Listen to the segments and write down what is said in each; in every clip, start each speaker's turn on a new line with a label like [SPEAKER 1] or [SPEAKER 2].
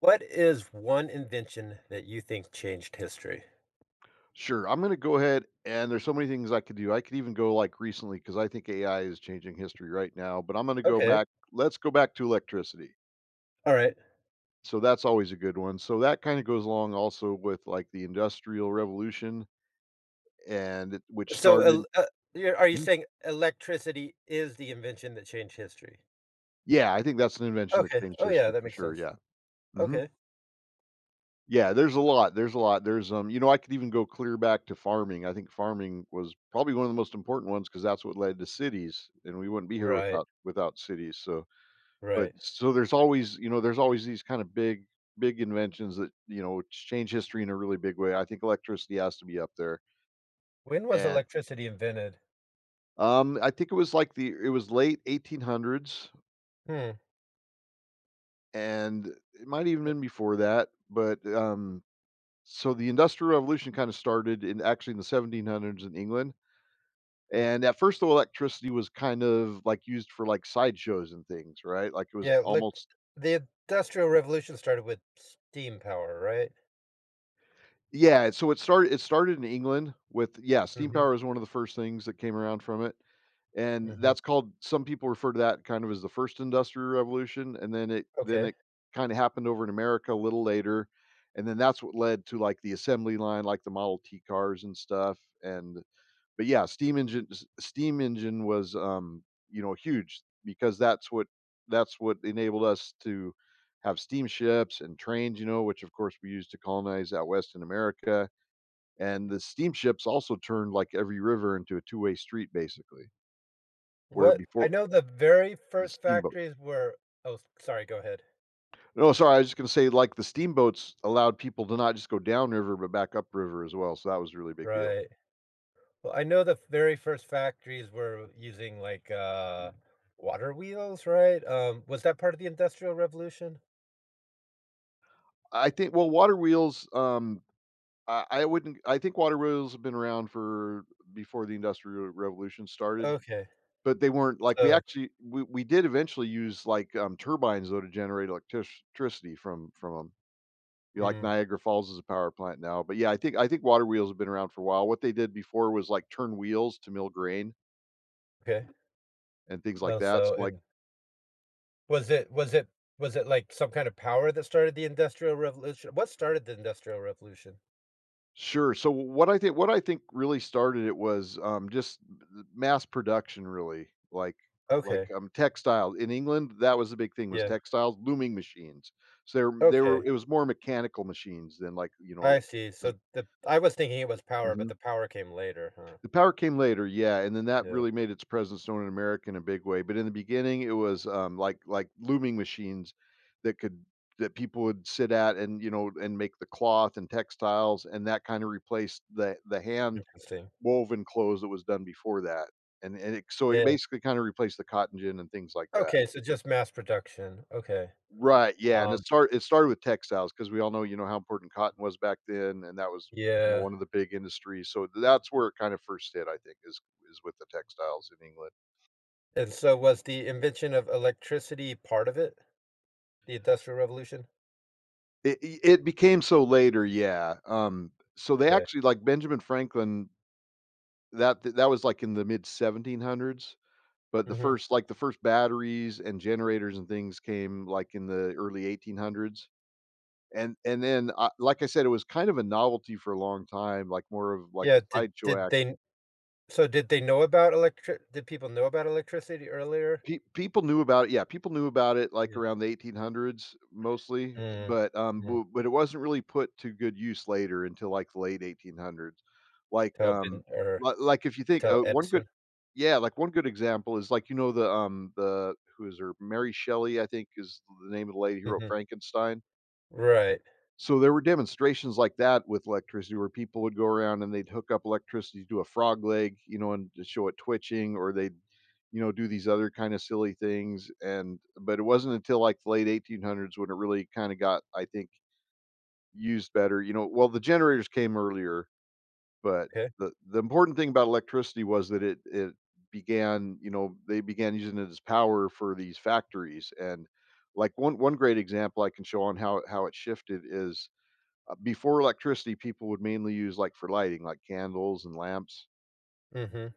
[SPEAKER 1] What is one invention that you think changed history?
[SPEAKER 2] Sure. I'm going to go ahead and there's so many things I could do. I could even go like recently because I think AI is changing history right now, but I'm going to go
[SPEAKER 1] Okay.
[SPEAKER 2] back. Let's go back to electricity.
[SPEAKER 1] All right.
[SPEAKER 2] So that's always a good one. So that kind of goes along also with like the industrial revolution and it, which
[SPEAKER 1] So,
[SPEAKER 2] started.
[SPEAKER 1] el You're are you
[SPEAKER 2] Mhm.
[SPEAKER 1] saying electricity is the invention that changed history?
[SPEAKER 2] Yeah, I think that's an invention that
[SPEAKER 1] Okay.
[SPEAKER 2] changed
[SPEAKER 1] Oh, yeah,
[SPEAKER 2] history
[SPEAKER 1] that
[SPEAKER 2] for
[SPEAKER 1] makes
[SPEAKER 2] sure.
[SPEAKER 1] sense.
[SPEAKER 2] Yeah. Mhm.
[SPEAKER 1] Okay.
[SPEAKER 2] Yeah, there's a lot. There's a lot. There's I could even go clear back to farming. I think farming was probably one of the most important ones because that's what led to cities and we wouldn't be here
[SPEAKER 1] Right,
[SPEAKER 2] without cities. So but
[SPEAKER 1] right.
[SPEAKER 2] so there's always, you know, there's always these kind of big, big inventions that, you know, change history in a really big way. I think electricity has to be up there.
[SPEAKER 1] When was
[SPEAKER 2] And
[SPEAKER 1] electricity invented?
[SPEAKER 2] I think it was like the it was late 1800s,
[SPEAKER 1] Hmm,
[SPEAKER 2] and it might even been before that. But so the Industrial Revolution kind of started in actually in the 1700s in England.
[SPEAKER 1] hmm.
[SPEAKER 2] And at first, the electricity was kind of like used for like sideshows and things, right? Like it was
[SPEAKER 1] Yeah, look,
[SPEAKER 2] almost.
[SPEAKER 1] the Industrial Revolution started with steam power, right?
[SPEAKER 2] Yeah, so it started in England with, yeah, steam
[SPEAKER 1] Mhm,
[SPEAKER 2] power is one of the first things that came around from it, and
[SPEAKER 1] mhm.
[SPEAKER 2] that's called, some people refer to that kind of as the first industrial revolution, and then it then
[SPEAKER 1] Okay.
[SPEAKER 2] it kind of happened over in America a little later, and then that's what led to, like, the assembly line, like the Model T cars and stuff, and but yeah, steam engine was, you know, huge because that's what enabled us to have steamships and trains, you know, which, of course, we used to colonize out west in America, and the steamships also turned like every river into a two-way street basically, where
[SPEAKER 1] What I
[SPEAKER 2] before
[SPEAKER 1] know the very
[SPEAKER 2] the
[SPEAKER 1] first
[SPEAKER 2] steamboat.
[SPEAKER 1] factories were— oh, sorry, go ahead.
[SPEAKER 2] No, sorry, I was just gonna say, like, the steamboats allowed people to not just go downriver, but back upriver as well, so that was a really big deal.
[SPEAKER 1] Right. Well, I know the very first factories were using like water wheels, right? Was that part of the Industrial Revolution?
[SPEAKER 2] I think, well, water wheels, I wouldn't, I think water wheels have been around for before the Industrial Revolution started,
[SPEAKER 1] Okay.
[SPEAKER 2] but they weren't like, we
[SPEAKER 1] So,
[SPEAKER 2] actually we did eventually use, like, turbines, though, to generate electric tricity from 'em. You know, like
[SPEAKER 1] mm,
[SPEAKER 2] Niagara Falls is a power plant now, but yeah, I think water wheels have been around for a while. What they did before was like turn wheels to mill grain
[SPEAKER 1] okay.
[SPEAKER 2] and things like
[SPEAKER 1] Oh,
[SPEAKER 2] that. So
[SPEAKER 1] so
[SPEAKER 2] like,
[SPEAKER 1] and was it was it was it like some kind of power that started the Industrial Revolution? What started the Industrial Revolution?
[SPEAKER 2] sure. So what I think really started it was just mass production, really, like
[SPEAKER 1] Okay.
[SPEAKER 2] textiles in England. That was the big thing, was
[SPEAKER 1] Yeah.
[SPEAKER 2] textiles, looming machines. So they were
[SPEAKER 1] Okay.
[SPEAKER 2] it was more mechanical machines than, like, you
[SPEAKER 1] I
[SPEAKER 2] know.
[SPEAKER 1] see.
[SPEAKER 2] 'Cause-
[SPEAKER 1] So the I was thinking it was power, but
[SPEAKER 2] mm-hmm.
[SPEAKER 1] the power came later, huh?
[SPEAKER 2] The power came later, yeah, and then that
[SPEAKER 1] Yeah.
[SPEAKER 2] really made its presence known in America in a big way, but in the beginning, it was, like looming machines that could, that people would sit at and, you know, and make the cloth and textiles, and that kinda replaced the hand
[SPEAKER 1] Interesting.
[SPEAKER 2] woven clothes that was done before that, and it, so it
[SPEAKER 1] Yeah.
[SPEAKER 2] basically kinda replaced the cotton gin and things like that.
[SPEAKER 1] Okay, so just mass production. Okay.
[SPEAKER 2] Right, yeah, and it
[SPEAKER 1] Um,
[SPEAKER 2] start it started with textiles because we all know, you know, how important cotton was back then, and that was, you know,
[SPEAKER 1] yeah.
[SPEAKER 2] one of the big industries, so that's where it kind of first hit, I think, is with the textiles in England.
[SPEAKER 1] And so was the invention of electricity part of it? The Industrial Revolution?
[SPEAKER 2] It became so later, yeah, so they
[SPEAKER 1] Yeah.
[SPEAKER 2] actually, like, Benjamin Franklin, that was, like, in the mid-1700s, but the
[SPEAKER 1] Mhm.
[SPEAKER 2] first, like, the first batteries and generators and things came, like, in the early 1800s, and then, like I said, it was kind of a novelty for a long time, like, more of, like, a
[SPEAKER 1] Yeah, did
[SPEAKER 2] sideshow
[SPEAKER 1] did
[SPEAKER 2] act.
[SPEAKER 1] they— so did they know about electric— did people know about electricity earlier?
[SPEAKER 2] Pe people knew about it, yeah, people knew about it, like,
[SPEAKER 1] Yeah.
[SPEAKER 2] around the 1800s mostly, eh,
[SPEAKER 1] Mm,
[SPEAKER 2] but,
[SPEAKER 1] mm,
[SPEAKER 2] bu but it wasn't really put to good use later until, like, the late 1800s. Like,
[SPEAKER 1] till Ben, or
[SPEAKER 2] li like, if you think,
[SPEAKER 1] tell
[SPEAKER 2] one good,
[SPEAKER 1] Edison?
[SPEAKER 2] yeah, like, one good example is, like, you know, the who is her? Mary Shelley, I think, is the name of the lady who wrote
[SPEAKER 1] Mhm.
[SPEAKER 2] Frankenstein.
[SPEAKER 1] Right.
[SPEAKER 2] So there were demonstrations like that with electricity where people would go around and they'd hook up electricity to a frog leg, you know, and to show it twitching, or they'd, you know, do these other kind of silly things. And but it wasn't until like the late 1800s when it really kind of got, I think, used better. You know, well, the generators came earlier, but
[SPEAKER 1] Okay.
[SPEAKER 2] the important thing about electricity was that it began, you know, they began using it as power for these factories. And like one great example I can show on how it shifted is before electricity, people would mainly use like for lighting, like candles and lamps.
[SPEAKER 1] Mhm.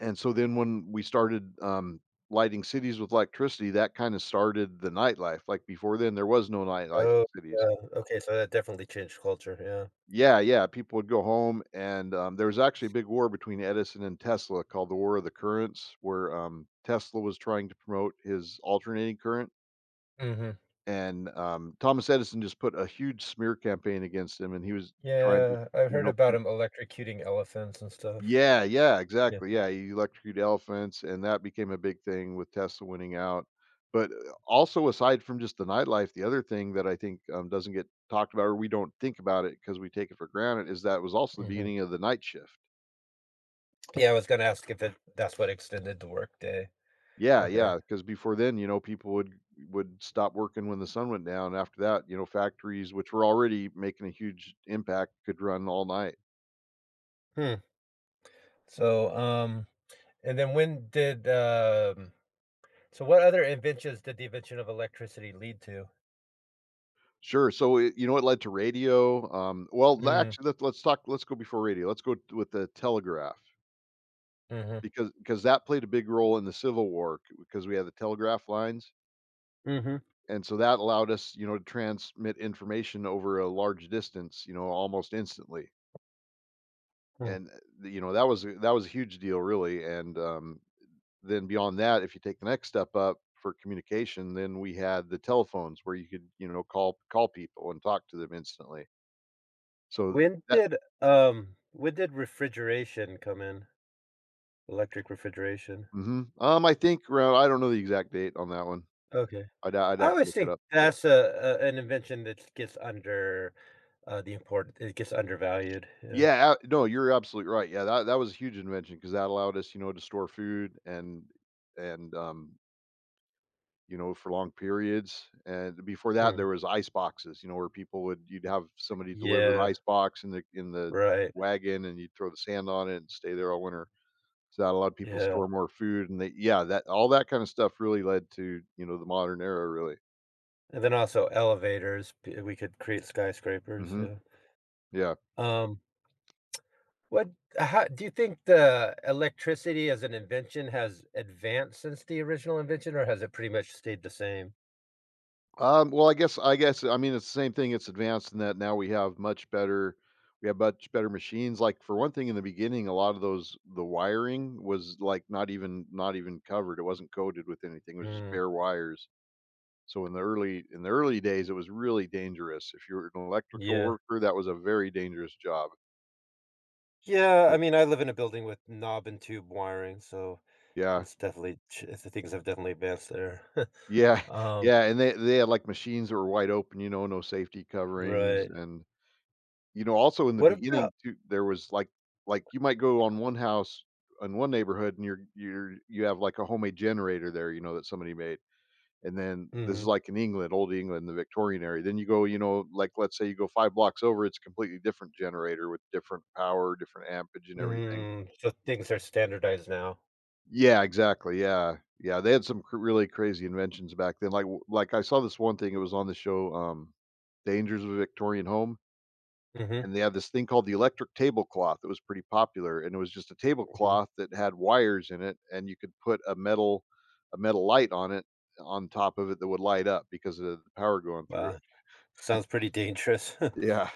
[SPEAKER 2] And so then when we started, lighting cities with electricity, that kind of started the nightlife. Like before then, there was no nightlife
[SPEAKER 1] Oh,
[SPEAKER 2] in cities.
[SPEAKER 1] yeah, okay, so that definitely changed culture, yeah.
[SPEAKER 2] Yeah, yeah. People would go home, and there was actually a big war between Edison and Tesla called the War of the Currents, where Tesla was trying to promote his alternating current,
[SPEAKER 1] Mhm.
[SPEAKER 2] and Thomas Edison just put a huge smear campaign against him, and he was trying to,
[SPEAKER 1] Yeah, I've
[SPEAKER 2] you
[SPEAKER 1] heard
[SPEAKER 2] know,
[SPEAKER 1] about him electrocuting elephants and stuff.
[SPEAKER 2] yeah, yeah,
[SPEAKER 1] Yeah.
[SPEAKER 2] exactly. Yeah, he electrocuted elephants, and that became a big thing with Tesla winning out. But also, aside from just the nightlife, the other thing that I think, doesn't get talked about, or we don't think about it because we take it for granted, is that was also the
[SPEAKER 1] Mhm.
[SPEAKER 2] beginning of the night shift.
[SPEAKER 1] Yeah, I was gonna ask if it— that's what extended the workday.
[SPEAKER 2] Yeah,
[SPEAKER 1] Okay.
[SPEAKER 2] yeah, because before then, you know, people would stop working when the sun went down. After that, you know, factories, which were already making a huge impact, could run all night.
[SPEAKER 1] Hmm. So, and then when did So what other inventions did the invention of electricity lead to?
[SPEAKER 2] Sure. So it, you know, what led to radio. Well,
[SPEAKER 1] Mm,
[SPEAKER 2] actually, let's talk. Let's go before radio. Let's go with the telegraph,
[SPEAKER 1] mhm,
[SPEAKER 2] because that played a big role in the Civil War because we had the telegraph lines,
[SPEAKER 1] mhm,
[SPEAKER 2] and so that allowed us, you know, to transmit information over a large distance, you know, almost instantly.
[SPEAKER 1] mm.
[SPEAKER 2] And you know, that was that was a huge deal, really. And then beyond that, if you take the next step up for communication, then we had the telephones where you could, you know, call people and talk to them instantly. So
[SPEAKER 1] When
[SPEAKER 2] that.
[SPEAKER 1] did when did refrigeration come in? Electric refrigeration.
[SPEAKER 2] Mhm. I think around, I don't know the exact date on that one.
[SPEAKER 1] Okay,
[SPEAKER 2] I'd
[SPEAKER 1] I
[SPEAKER 2] have to
[SPEAKER 1] always
[SPEAKER 2] look it
[SPEAKER 1] think
[SPEAKER 2] up, but
[SPEAKER 1] that's a, an invention that gets under— the important. It gets undervalued. Yeah.
[SPEAKER 2] yeah, a no, you're absolutely right. Yeah, that that was a huge invention because that allowed us, you know, to store food and, you know, for long periods, and before that, there
[SPEAKER 1] Mm.
[SPEAKER 2] was ice boxes, you know, where people would, you'd have somebody deliver the
[SPEAKER 1] Yeah.
[SPEAKER 2] ice box in the
[SPEAKER 1] Right.
[SPEAKER 2] wagon, and you'd throw the sand on it and stay there all winter. So that allowed people to
[SPEAKER 1] Yeah.
[SPEAKER 2] store more food, and they, yeah, that all that kinda stuff really led to, you know, the modern era, really.
[SPEAKER 1] And then also elevators. We could create skyscrapers.
[SPEAKER 2] Mhm.
[SPEAKER 1] Yeah.
[SPEAKER 2] Yeah.
[SPEAKER 1] Um, What How do you think the electricity as an invention has advanced since the original invention, or has it pretty much stayed the same?
[SPEAKER 2] Well, I guess I mean it's the same thing. It's advanced in that now we have much better, we have much better machines. Like for one thing, in the beginning, a lot of those the wiring was like not even covered. It wasn't coated with anything. It was just
[SPEAKER 1] Mm,
[SPEAKER 2] bare wires. So in the early days, it was really dangerous. If you were an electrical
[SPEAKER 1] yeah.
[SPEAKER 2] worker, that was a very dangerous job.
[SPEAKER 1] Yeah, I
[SPEAKER 2] Mm.
[SPEAKER 1] mean, I live in a building with knob and tube wiring, so
[SPEAKER 2] Yeah.
[SPEAKER 1] it's definitely ch— the things have definitely advanced there.
[SPEAKER 2] Yeah.
[SPEAKER 1] Um,
[SPEAKER 2] Yeah. And they had like machines that were wide open, you know, no safety coverings
[SPEAKER 1] right.
[SPEAKER 2] and you know, also in the
[SPEAKER 1] What
[SPEAKER 2] beginning
[SPEAKER 1] about—
[SPEAKER 2] too, there was like you might go on one house in one neighborhood and you're you have like a homemade generator there, you know, that somebody made. And then this is
[SPEAKER 1] mhm.
[SPEAKER 2] like in England, old England, the Victorian area. Then you go, you know, like let's say you go five blocks over, it's a completely different generator with different power, different ampage and everything.
[SPEAKER 1] Mm, so things are standardized now.
[SPEAKER 2] Yeah, exactly. Yeah. Yeah, they had some really crazy inventions back then. Like like I saw this one thing it was on the show Dangers of a Victorian Home,
[SPEAKER 1] Mhm,
[SPEAKER 2] and they had this thing called the electric tablecloth that was pretty popular, and it was just a
[SPEAKER 1] mhm.
[SPEAKER 2] tablecloth that had wires in it, and you could put a metal light on it on top of it that would light up because of the power going through
[SPEAKER 1] Wow,
[SPEAKER 2] it.
[SPEAKER 1] sounds pretty dangerous.
[SPEAKER 2] Yeah,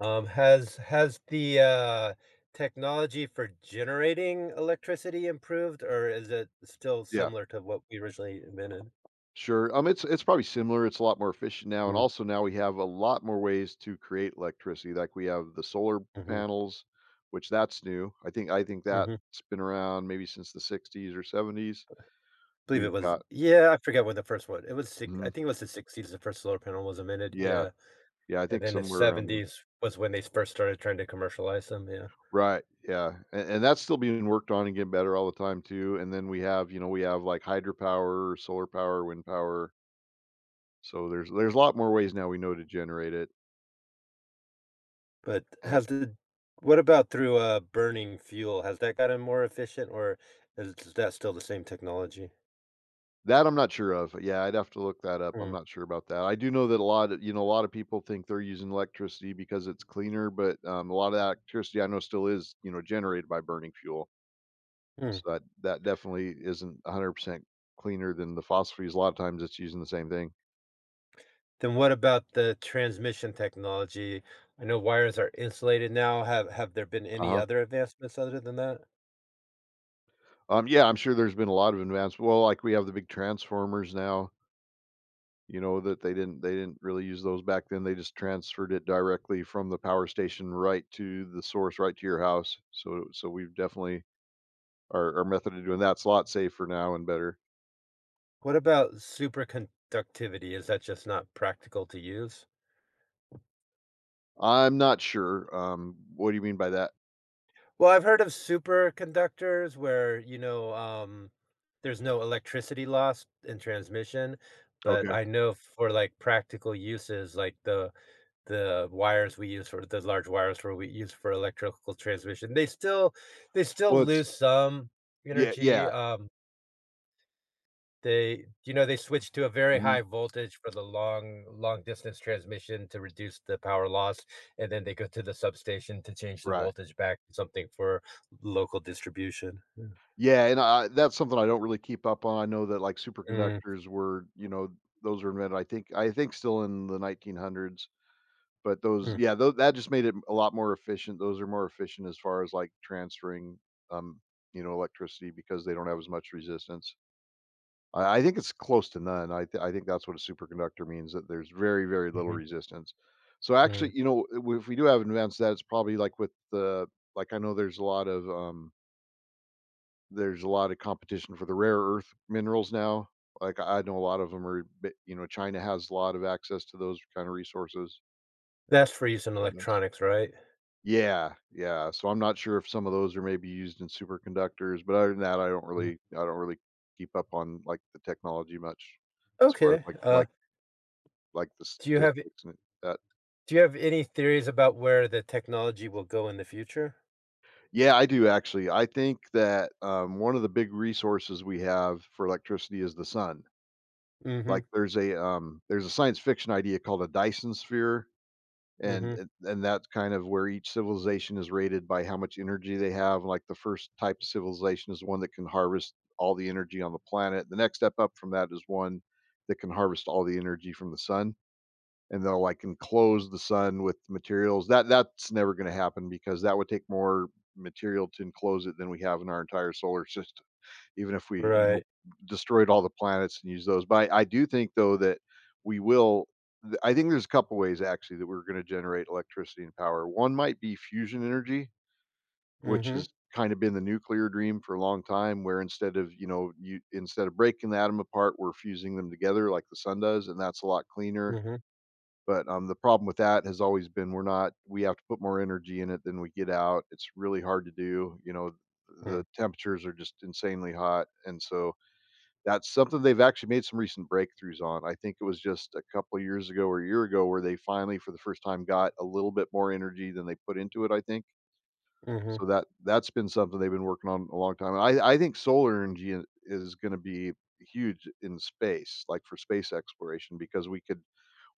[SPEAKER 1] Has the, technology for generating electricity improved, or is it still
[SPEAKER 2] yeah,
[SPEAKER 1] similar to what we originally invented?
[SPEAKER 2] sure. It's probably similar. It's a lot more efficient now, and
[SPEAKER 1] Mm,
[SPEAKER 2] also now we have a lot more ways to create electricity. Like we have the solar
[SPEAKER 1] mhm,
[SPEAKER 2] panels, which that's new. I think that's
[SPEAKER 1] mhm.
[SPEAKER 2] been around maybe since the '60s or '70s.
[SPEAKER 1] Believe
[SPEAKER 2] We've
[SPEAKER 1] it was—
[SPEAKER 2] got,
[SPEAKER 1] yeah, I forget when the first one— it was six— I
[SPEAKER 2] mhm,
[SPEAKER 1] think it was the 60s the first solar panel was invented,
[SPEAKER 2] yeah,
[SPEAKER 1] yeah,
[SPEAKER 2] yeah. I
[SPEAKER 1] and
[SPEAKER 2] think
[SPEAKER 1] then the
[SPEAKER 2] somewhere around.
[SPEAKER 1] 70s was when they first started trying to commercialize them, yeah.
[SPEAKER 2] Right, yeah, and that's still being worked on and getting better all the time too, and then we have, you know, we have, like, hydropower, solar power, wind power, so there's a lot more ways now we know to generate it,
[SPEAKER 1] But
[SPEAKER 2] and
[SPEAKER 1] has the What about through, burning fuel? Has that gotten more efficient, or is that still the same technology?
[SPEAKER 2] that I'm not sure of. Yeah, I'd have to look that up, I'm
[SPEAKER 1] Mm,
[SPEAKER 2] not sure about that. I do know that a lot of a lot of people think they're using electricity because it's cleaner, but, a lot of that electricity I know still is, you know, generated by burning fuel,
[SPEAKER 1] mm.
[SPEAKER 2] so that that definitely isn't 100% cleaner than the fossil fuels, a lot of times it's using the same thing.
[SPEAKER 1] Then what about the transmission technology? I know wires are insulated now. Have there been any
[SPEAKER 2] Uh-huh.
[SPEAKER 1] other advancements other than that?
[SPEAKER 2] Yeah, I'm sure there's been a lot of advance well, like, we have the big transformers now, you know, that they didn't really use those back then, they just transferred it directly from the power station right to the source, right to your house, so so we've definitely our method of doing that's a lot safer now and better.
[SPEAKER 1] What about superconductivity? Is that just not practical to use?
[SPEAKER 2] I'm not sure, what do you mean by that?
[SPEAKER 1] Well, I've heard of superconductors where, you know, there's no electricity loss in transmission, but
[SPEAKER 2] Okay.
[SPEAKER 1] I know for like practical uses, like the wires we use for— the large wires for— we use for electrical transmission. They still— they still
[SPEAKER 2] Well, it's
[SPEAKER 1] lose some
[SPEAKER 2] yeah,
[SPEAKER 1] energy.
[SPEAKER 2] yeah,
[SPEAKER 1] They— you know, they switch to a very
[SPEAKER 2] mhm,
[SPEAKER 1] high voltage for the long— long distance transmission to reduce the power loss, and then they go to the substation to change the
[SPEAKER 2] right.
[SPEAKER 1] voltage back to something for local distribution. Yeah.
[SPEAKER 2] Yeah, and I that's something I don't really keep up on, I know that, like,
[SPEAKER 1] Mm,
[SPEAKER 2] superconductors were, you know, those were invented, I think still in the 1900s. But those
[SPEAKER 1] mm,
[SPEAKER 2] yeah, tho that just made it a lot more efficient. Those are more efficient as far as, like, transferring, um, you know, electricity because they don't have as much resistance. I think it's close to none. I think that's what a superconductor means, that there's very, very little
[SPEAKER 1] mhm,
[SPEAKER 2] resistance. So, actually,
[SPEAKER 1] mm.
[SPEAKER 2] you know, I if we do have advanced that, it's probably like with the like, I know there's a lot of, there's a lot of competition for the rare earth minerals now. Like, I know a lot of them are, b you know, China has a lot of access to those kind of resources.
[SPEAKER 1] That's for use in
[SPEAKER 2] That's
[SPEAKER 1] electronics, right?
[SPEAKER 2] Yeah, yeah, so I'm not sure if some of those are maybe used in superconductors, but other than that, I don't
[SPEAKER 1] Yeah.
[SPEAKER 2] really I don't really keep up on, like, the technology much as far as,
[SPEAKER 1] Okay.
[SPEAKER 2] like like like, the
[SPEAKER 1] Do you have
[SPEAKER 2] statistics and that.
[SPEAKER 1] Do you have any theories about where the technology will go in the future?
[SPEAKER 2] Yeah, I do actually. I think that, one of the big resources we have for electricity is the sun. Like,
[SPEAKER 1] Mhm,
[SPEAKER 2] there's a science fiction idea called a Dyson sphere, and
[SPEAKER 1] mhm,
[SPEAKER 2] and that's kind of where each civilization is rated by how much energy they have. Like the first type of civilization is one that can harvest all the energy on the planet. The next step up from that is one that can harvest all the energy from the sun, and they'll like enclose the sun with materials. That that's never going to happen because that would take more material to enclose it than we have in our entire solar system, even if we, you know,
[SPEAKER 1] right.
[SPEAKER 2] destroyed all the planets and use those. But I do think though that we will. I think there's a couple ways actually that we're going to generate electricity and power. One might be fusion energy, which has
[SPEAKER 1] Mhm,
[SPEAKER 2] kind of been the nuclear dream for a long time, where instead of you know you instead of breaking the atom apart, we're fusing them together like the sun does, and that's a lot cleaner.
[SPEAKER 1] mhm,
[SPEAKER 2] But the problem with that has always been we're not we have to put more energy in it than we get out. It's really hard to do. You know,
[SPEAKER 1] mm,
[SPEAKER 2] the temperatures are just insanely hot, and so that's something they've actually made some recent breakthroughs on. I think it was just a couple of years ago or a year ago where they finally, for the first time, got a little bit more energy than they put into it, I think.
[SPEAKER 1] mhm,
[SPEAKER 2] So that that's been something they've been working on a long time. And I think solar energy is going to be huge in space, like for space exploration, because we could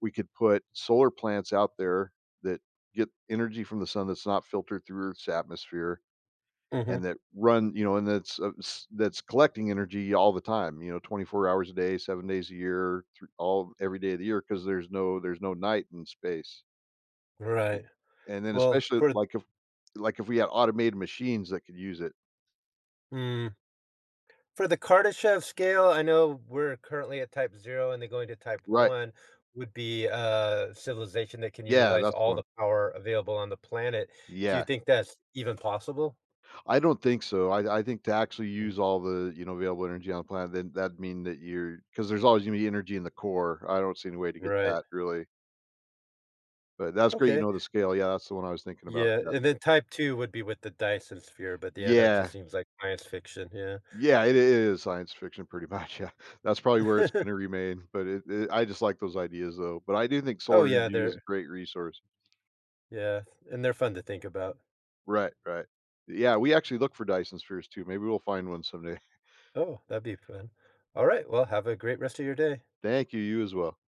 [SPEAKER 2] we could put solar plants out there that get energy from the sun that's not filtered through Earth's atmosphere,
[SPEAKER 1] mhm,
[SPEAKER 2] and that run you know and that's that's collecting energy all the time, you know, 24 hours a day, 7 days a year, all every day of the year because there's no night in space.
[SPEAKER 1] right.
[SPEAKER 2] And then
[SPEAKER 1] Well,
[SPEAKER 2] especially
[SPEAKER 1] for
[SPEAKER 2] like if we had automated machines that could use it,
[SPEAKER 1] mm, for the Kardashev scale, I know we're currently at type 0 and they're going to type
[SPEAKER 2] right.
[SPEAKER 1] 1 would be a civilization that can
[SPEAKER 2] Yeah,
[SPEAKER 1] utilize
[SPEAKER 2] that's the
[SPEAKER 1] all
[SPEAKER 2] one,
[SPEAKER 1] the power available on the planet. Do you
[SPEAKER 2] yeah.
[SPEAKER 1] think that's even possible?
[SPEAKER 2] I don't think so. I think to actually
[SPEAKER 1] Mm,
[SPEAKER 2] use all the you know available energy on the planet, then that'd mean that you're because there's always going to be energy in the core, I don't see any way to get
[SPEAKER 1] right.
[SPEAKER 2] that really. But that's great, you
[SPEAKER 1] Okay.
[SPEAKER 2] know, the scale, yeah, that's the one I was thinking about,
[SPEAKER 1] Yeah,
[SPEAKER 2] yeah.
[SPEAKER 1] and then type 2 would be with the Dyson sphere, but yeah, that
[SPEAKER 2] Yeah.
[SPEAKER 1] just seems like science fiction, yeah.
[SPEAKER 2] Yeah, it is science fiction pretty much, yeah. That's probably where it's gonna remain, but it I just like those ideas, though, but I do think
[SPEAKER 1] Oh,
[SPEAKER 2] solar
[SPEAKER 1] yeah,
[SPEAKER 2] energy is a
[SPEAKER 1] they're—
[SPEAKER 2] great resource.
[SPEAKER 1] yeah, and they're fun to think about.
[SPEAKER 2] Right, right. Yeah, we actually look for Dyson spheres too, maybe we'll find one someday.
[SPEAKER 1] Oh, that'd be fun. Alright, well, have a great rest of your day.
[SPEAKER 2] Thank you, you as well.